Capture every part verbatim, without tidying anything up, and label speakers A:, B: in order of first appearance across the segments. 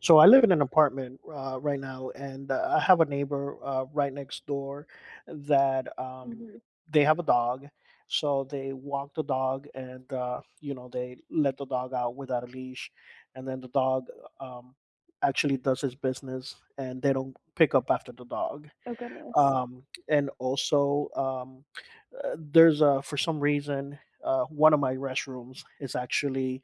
A: So I live in an apartment uh, right now, and uh, I have a neighbor uh, right next door that um,
B: Mhm.
A: they have a dog. So they walk the dog, and uh, you know they let the dog out without a leash, and then the dog um, actually does his business, and they don't pick up after the dog.
B: Oh, goodness.
A: Um, and also, um, uh, there's a for some reason uh, one of my restrooms is actually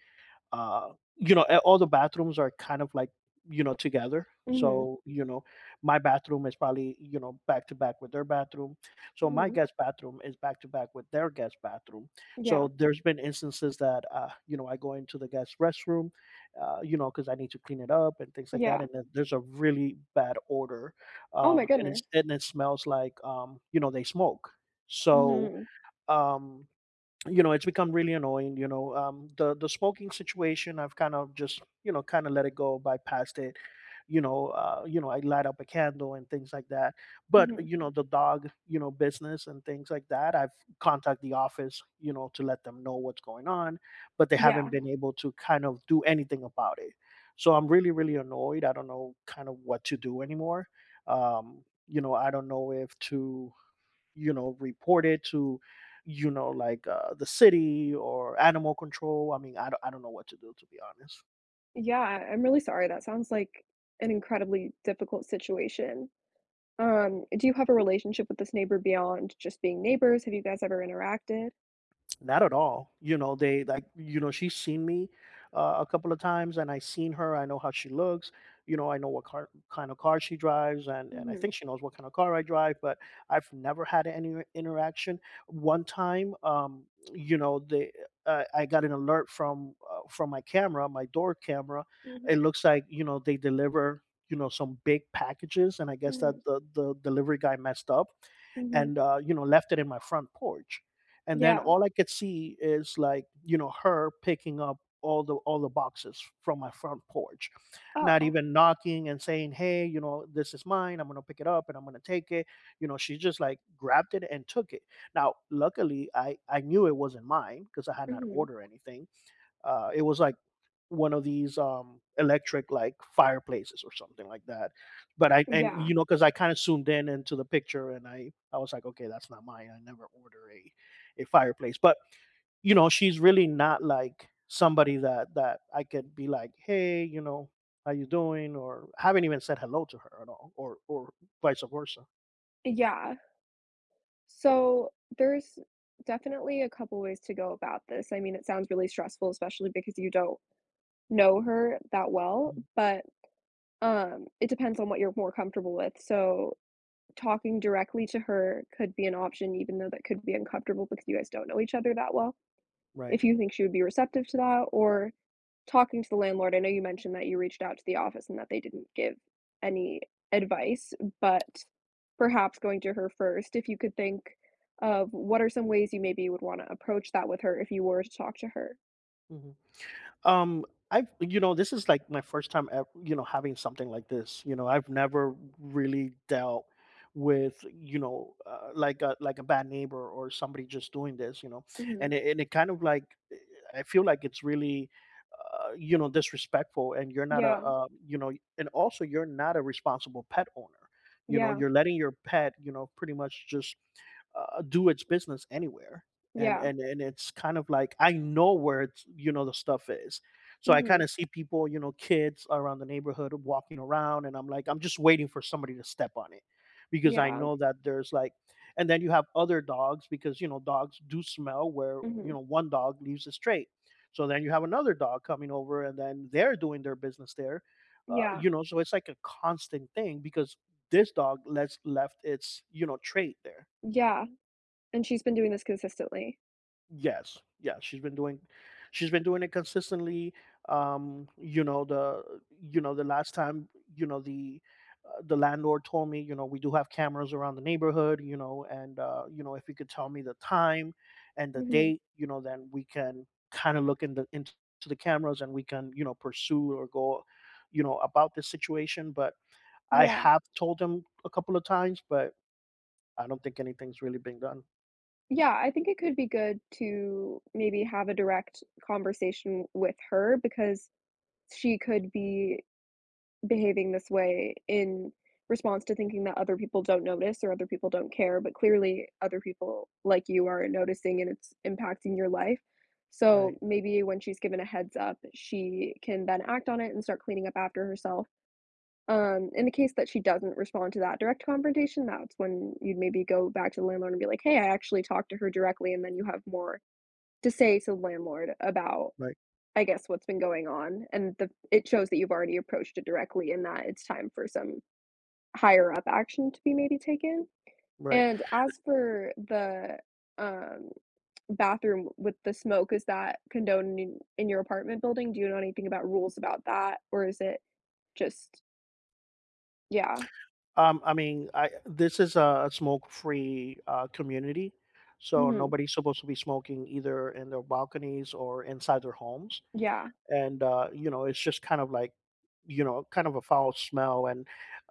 A: uh, you know, a- all the bathrooms are kind of like, you know, together.
B: Mhm,
A: So, you know, my bathroom is probably, you know, back to back with their bathroom. So my
B: mhm.
A: guest bathroom is back to back with their guest bathroom.
B: Yeah,
A: So there's been instances that, uh, you know, I go into the guest restroom, uh, you know, because I need to clean it up and things like that.
B: yeah.
A: And then there's a really bad odor.
B: Oh my
A: Um, and it's,
B: goodness.
A: and it smells like, um, you know, they smoke. So,
B: Mhm,
A: um, you know, it's become really annoying, you know. Um the the smoking situation, I've kind of just, you know, kind of let it go, bypassed it, you know. Uh you know, I light up a candle and things like that, but
B: mhm.
A: you know the dog, you know, business and things like that. I've contacted the office, you know, to let them know what's going on, but they haven't
B: Yeah,
A: been able to kind of do anything about it. So I'm really really annoyed, I don't know kind of what to do anymore. Um you know, I don't know if to, you know, report it to, you know, like uh, the city or animal control. I mean, I don't, I don't know what to do, to be honest.
B: yeah, I'm really sorry, that sounds like an incredibly difficult situation. Um, do you have a relationship with this neighbor beyond just being neighbors? Have you guys ever interacted?
A: Not at all. You know, they like, you know, she's seen me uh, a couple of times and I seen her. I know how she looks. You know, I know what car, kind of car she drives, and, and I
B: Mhm,
A: think she knows what kind of car I drive, but I've never had any interaction. One time, um, you know, they, uh, I got an alert from uh, from my camera, my door camera. It
B: mhm,
A: looks like, you know, they deliver, you know, some big packages and I guess that
B: mhm,
A: the, the delivery guy messed up
B: mhm.
A: and uh, you know, left it in my front porch, and then
B: Yeah.
A: all I could see is like, you know, her picking up all the all the boxes from my front porch, not
B: Oh.
A: even knocking and saying, "Hey, you know, this is mine. I'm gonna pick it up and I'm gonna take it." You know, she just like grabbed it and took it. Now, luckily, I I knew it wasn't mine because I had not
B: Mhm.
A: ordered anything. Uh, it was like one of these, um, electric, like, fireplaces or something like that, but I and,
B: Yeah,
A: you know, because I kinda zoomed in into the picture and I I was like, "Okay, that's not mine, I never order a a fireplace," but, you know, she's really not, like, somebody that that I could be like, "Hey, you know, how you doing?" or I haven't even said hello to her at all, or or vice versa.
B: yeah. So, there's definitely a couple ways to go about this. I mean, it sounds really stressful, especially because you don't know her that well,
A: Mhm.
B: but, um, it depends on what you're more comfortable with. So, talking directly to her could be an option even though that could be uncomfortable because you guys don't know each other that well,
A: Right.
B: if you think she would be receptive to that or talking to the landlord, I know you mentioned that you reached out to the office and that they didn't give any advice, but perhaps going to her first, if you could think of what are some ways you maybe would want to approach that with her if you were to talk to her?
A: Mhm. Um, I've, you know, this is like my first time ever, you know, having something like this. You know, I've never really dealt with, you know, uh, like a like a bad neighbor or somebody just doing this, you know,
B: Mhm.
A: and it, and it kind of like, eh, I feel like it's really, uh, you know, disrespectful, and you're not a,
B: Yeah,
A: uh, you know, and also you're not a responsible pet owner. You know,
B: yeah,
A: you're letting your pet, you know, pretty much just, uh, do its business anywhere. And
B: yeah.
A: and and it's kind of like, I know where it's, you know, the stuff is. So I kind
B: Mhm.
A: of see people, you know, kids around the neighborhood walking around, and I'm like, I'm just waiting for somebody to step on it because I
B: Yeah.
A: know that there's like, and then you have other dogs because, you know, dogs do smell where, you
B: Mhm.
A: know, one dog leaves a trait. So then you have another dog coming over and then they're doing their business there. Uh,
B: Yeah.
A: you know, so it's like a constant thing because this dog lets left its, you know, trait there.
B: Yeah. And she's been doing this consistently?
A: Yes, yeah, she's been doing she's been doing it consistently. Um, you know, the you know, the last time, you know, the uh, the landlord told me, you know, we do have cameras around the neighborhood, you know, and uh, you know, if you could tell me the time and the
B: Mhm.
A: date, you know, then we can kind of look in the into the cameras, and we can, you know, pursue or go, you know, about this situation. But I
B: Yeah.
A: have told them a couple of times, but I don't think anything's really been done.
B: Yeah, I think it could be good to maybe have a direct conversation with her because she could be behaving this way in response to thinking that other people don't notice or other people don't care, but clearly other people like you are noticing and it's impacting your life.
A: Right,
B: So maybe when she's given a heads up, she can then act on it and start cleaning up after herself. Um, in the case that she doesn't respond to that direct confrontation, that's when you'd maybe go back to the landlord and be like, "Hey, I actually talked to her directly," and then you have more to say to the landlord about,
A: right,
B: I guess, what's been going on, and the it shows that you've already approached it directly and that it's time for some higher up action to be maybe taken.
A: right.
B: And as for the, um, bathroom with the smoke, is that condoned in in your apartment building? Do you know anything about rules about that, or is it just yeah.
A: Um, I mean, I, this is a smoke-free uh, community, so
B: Mhm.
A: nobody's supposed to be smoking either in their balconies or inside their homes.
B: Yeah,
A: And uh, you know, it's just kind of like, you know, kind of a foul smell. And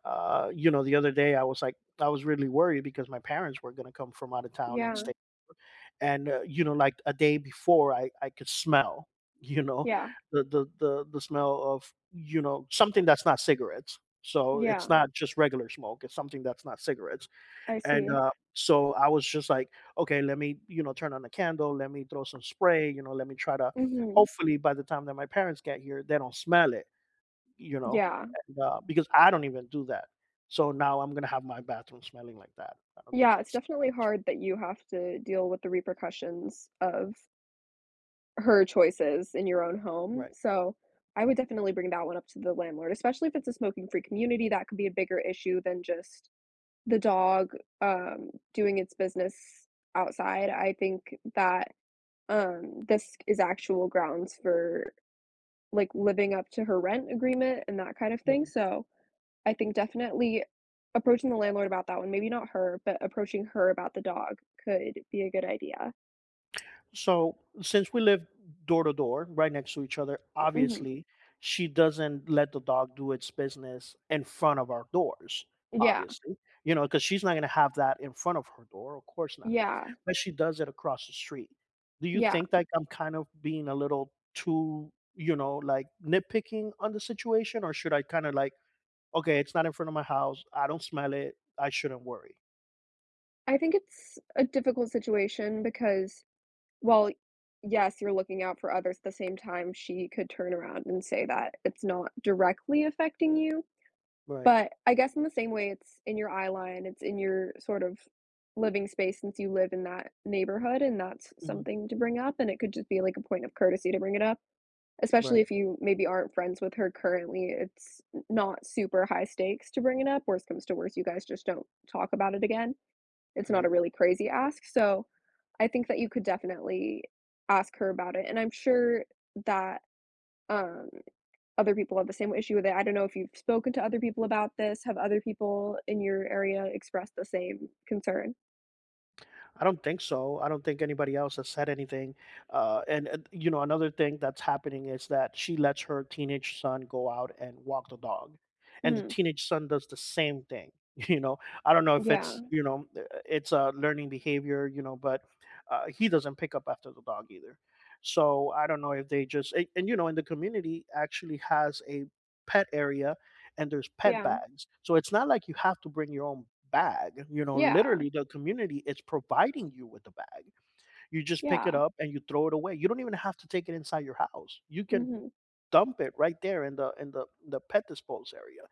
A: uh, you know, the other day I was like, I was really worried because my parents were going to come from out of town and
B: yeah,
A: stay, and, uh, you know, like a day before, i i could smell you know
B: yeah,
A: the the the, the smell of, you know, something that's not cigarettes. So it's
B: yeah,
A: not just regular smoke, it's something that's not cigarettes.
B: I
A: And
B: see.
A: uh so I was just like, okay, let me, you know, turn on the candle, let me throw some spray, you know, let me try to,
B: Mhm,
A: hopefully by the time that my parents get here they don't smell it, you know.
B: yeah.
A: And, uh, because I don't even do that, so now I'm gonna have my bathroom smelling like that. I don't think
B: Yeah, it's
A: it's
B: definitely hard that you have to deal with the repercussions of her choices in your own home,
A: right.
B: so I would definitely bring that one up to the landlord, especially if it's a smoking-free community, that could be a bigger issue than just the dog, um, doing its business outside. I think that, um, this is actual grounds for, like, living up to her rent agreement and that kind of thing,
A: Mm-hmm.
B: so I think definitely approaching the landlord about that one, maybe not her, but approaching her about the dog could be a good idea.
A: So since we live door to door, right next to each other,
B: Mhm.
A: obviously she doesn't let the dog do its business in front of our doors.
B: Yeah.
A: Obviously, you know, because she's not going to have that in front of her door. Of course not.
B: Yeah.
A: But she does it across the street. Do you
B: Yeah.
A: think like I'm kind of being a little too, you know, like nitpicking on the situation, or should I kind of like, okay, it's not in front of my house, I don't smell it, I shouldn't worry.
B: I think it's a difficult situation because well, yes, you're looking out for others, at the same time, she could turn around and say that it's not directly affecting you.
A: Right.
B: But I guess in the same way it's in your eye line, it's in your sort of living space since you live in that neighborhood, and that's
A: Mhm.
B: something to bring up, and it could just be like a point of courtesy to bring it up. Especially
A: Right.
B: if you maybe aren't friends with her currently, it's not super high stakes to bring it up. Worst comes to worst, you guys just don't talk about it again. It's not a
A: Right.
B: really crazy ask, so I think that you could definitely ask her about it, and I'm sure that, um, other people have the same issue with it. I don't know if you've spoken to other people about this. Have other people in your area expressed the same concern?
A: I don't think so. I don't think anybody else has said anything. Uh, and uh, you know, another thing that's happening is that she lets her teenage son go out and walk the dog, and the
B: Mm,
A: teenage son does the same thing. You know, I don't know if
B: yeah,
A: it's, you know, uh, it's a learning behavior, you know, but uh, he doesn't pick up after the dog either. So I don't know if they just a- and, you know, and the community actually has a pet area and there's pet
B: yeah,
A: bags. So it's not like you have to bring your own bag. You know,
B: yeah,
A: literally the community is providing you with the bag. You just pick it
B: yeah.
A: up and you throw it away. You don't even have to take it inside your house. You can
B: Mhm,
A: dump it right there in the in the the pet dispose area.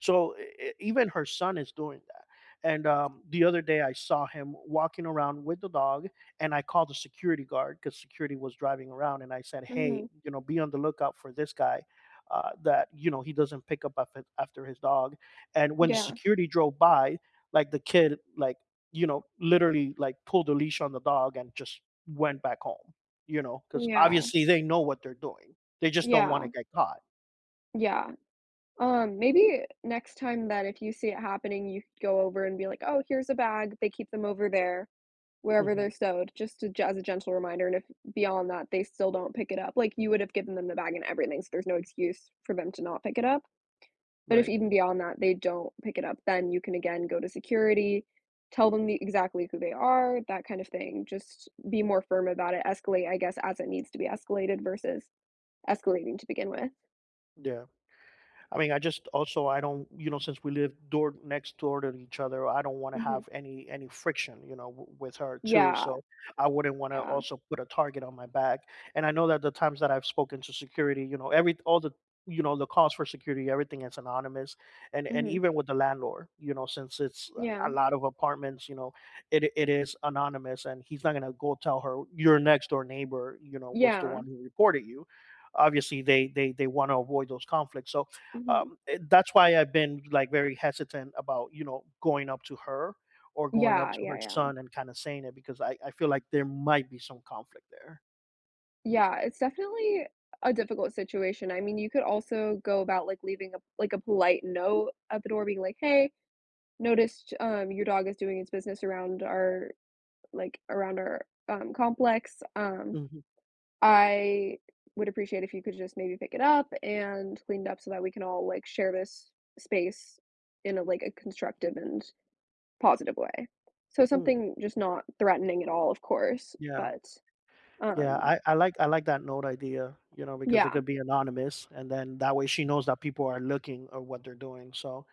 A: So e- e- even her son is doing that. And um, the other day, I saw him walking around with the dog, and I called the security guard because security was driving around, and I said, "Hey,
B: mhm.
A: you know, be on the lookout for this guy." Uh, that you know he doesn't pick up af- after his dog. And when the
B: Yeah,
A: security drove by, like the kid like, you know, literally like pulled the leash on the dog and just went back home, you know, because
B: yeah,
A: obviously they know what they're doing, they just don't
B: yeah,
A: wanna get caught.
B: yeah. Um, maybe next time that if you see it happening, you could go over and be like, "Oh, here's a bag, they keep them over there, wherever
A: Mhm.
B: they're sewed, just to as a gentle reminder, and if beyond that they still don't pick it up, like, you would have given them the bag and everything, so there's no excuse for them to not pick it up, but if
A: Right.
B: even beyond that they don't pick it up, then you can again go to security, tell them the exactly who they are, that kind of thing, just be more firm about it, escalate, I guess, as it needs to be escalated versus escalating to begin with.
A: Yeah. I mean, I just also I don't, you know, since we live door next door to each other, I don't want to
B: Mhm.
A: have any any friction, you know, w- with her too.
B: Yeah,
A: So I wouldn't want to
B: yeah.
A: also put a target on my back. And I know that the times that I've spoken to security, you know, every all the, you know, the calls for security, everything is anonymous, and and
B: Mhm.
A: even with the landlord, you know, since it's a
B: Yeah.
A: lot of apartments, you know, it it is anonymous, and he's not gonna go tell her your next door neighbor, you know, was the
B: Yeah.
A: one who reported you. Obviously, they they they want to avoid those conflicts. So
B: Mhm.
A: um, eh, that's why I've been like very hesitant about, you know, going up to her or going up
B: Yeah,
A: to her
B: yeah, yeah.
A: son and kind of saying it because I, I feel like there might be some conflict there.
B: Yeah, it's definitely a difficult situation. I mean, you could also go about, like, leaving a like, a polite note at the door being like, "Hey, noticed, um, your dog is doing its business around our like, around our, um, complex. Um,
A: Mhm.
B: I would appreciate if you could just maybe pick it up and clean it up so that we can all, like, share this space in a, like, a constructive and positive way." So
A: Hmm.
B: something just not threatening at all, of course,
A: Yeah.
B: but
A: Yeah,
B: um,
A: I, I like I like that note idea, you know, because it
B: yeah,
A: could be anonymous, and then that way she knows that people are looking or what they're doing. So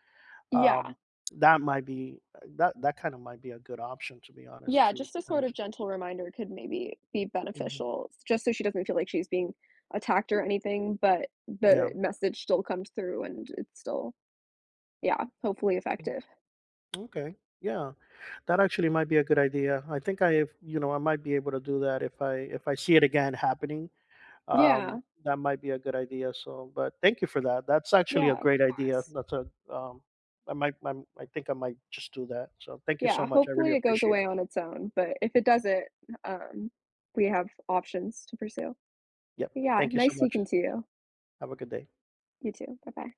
A: um,
B: yeah,
A: that might be uh, that that kind of might be a good option, to be honest.
B: yeah,
A: To
B: just a
A: kind
B: sort
A: of
B: of
A: just
B: gentle reminder could maybe be
A: Mhm.
B: beneficial, s just so she doesn't feel like she's being attacked or anything, but
A: yeah,
B: the message still comes through and it's still, yeah, hopefully
A: Mm,
B: effective.
A: okay, yeah, that actually might be a good idea. I think I you know I might be able to do that if I if I see it again happening. um,
B: Yeah,
A: that might be a good idea. So, but thank you for that. That's actually
B: yeah,
A: a
B: of
A: great idea.
B: course.
A: That's a um, I might i I think I might just do that. So thank you so
B: Yeah,
A: much. I really
B: hopefully it goes
A: appreciate
B: away
A: it.
B: on its own, but if it doesn't, um, we have options to pursue.
A: Yep.
B: Yeah,
A: Thank you so
B: nice
A: much.
B: speaking to you.
A: Have a good day.
B: You too, bye-bye.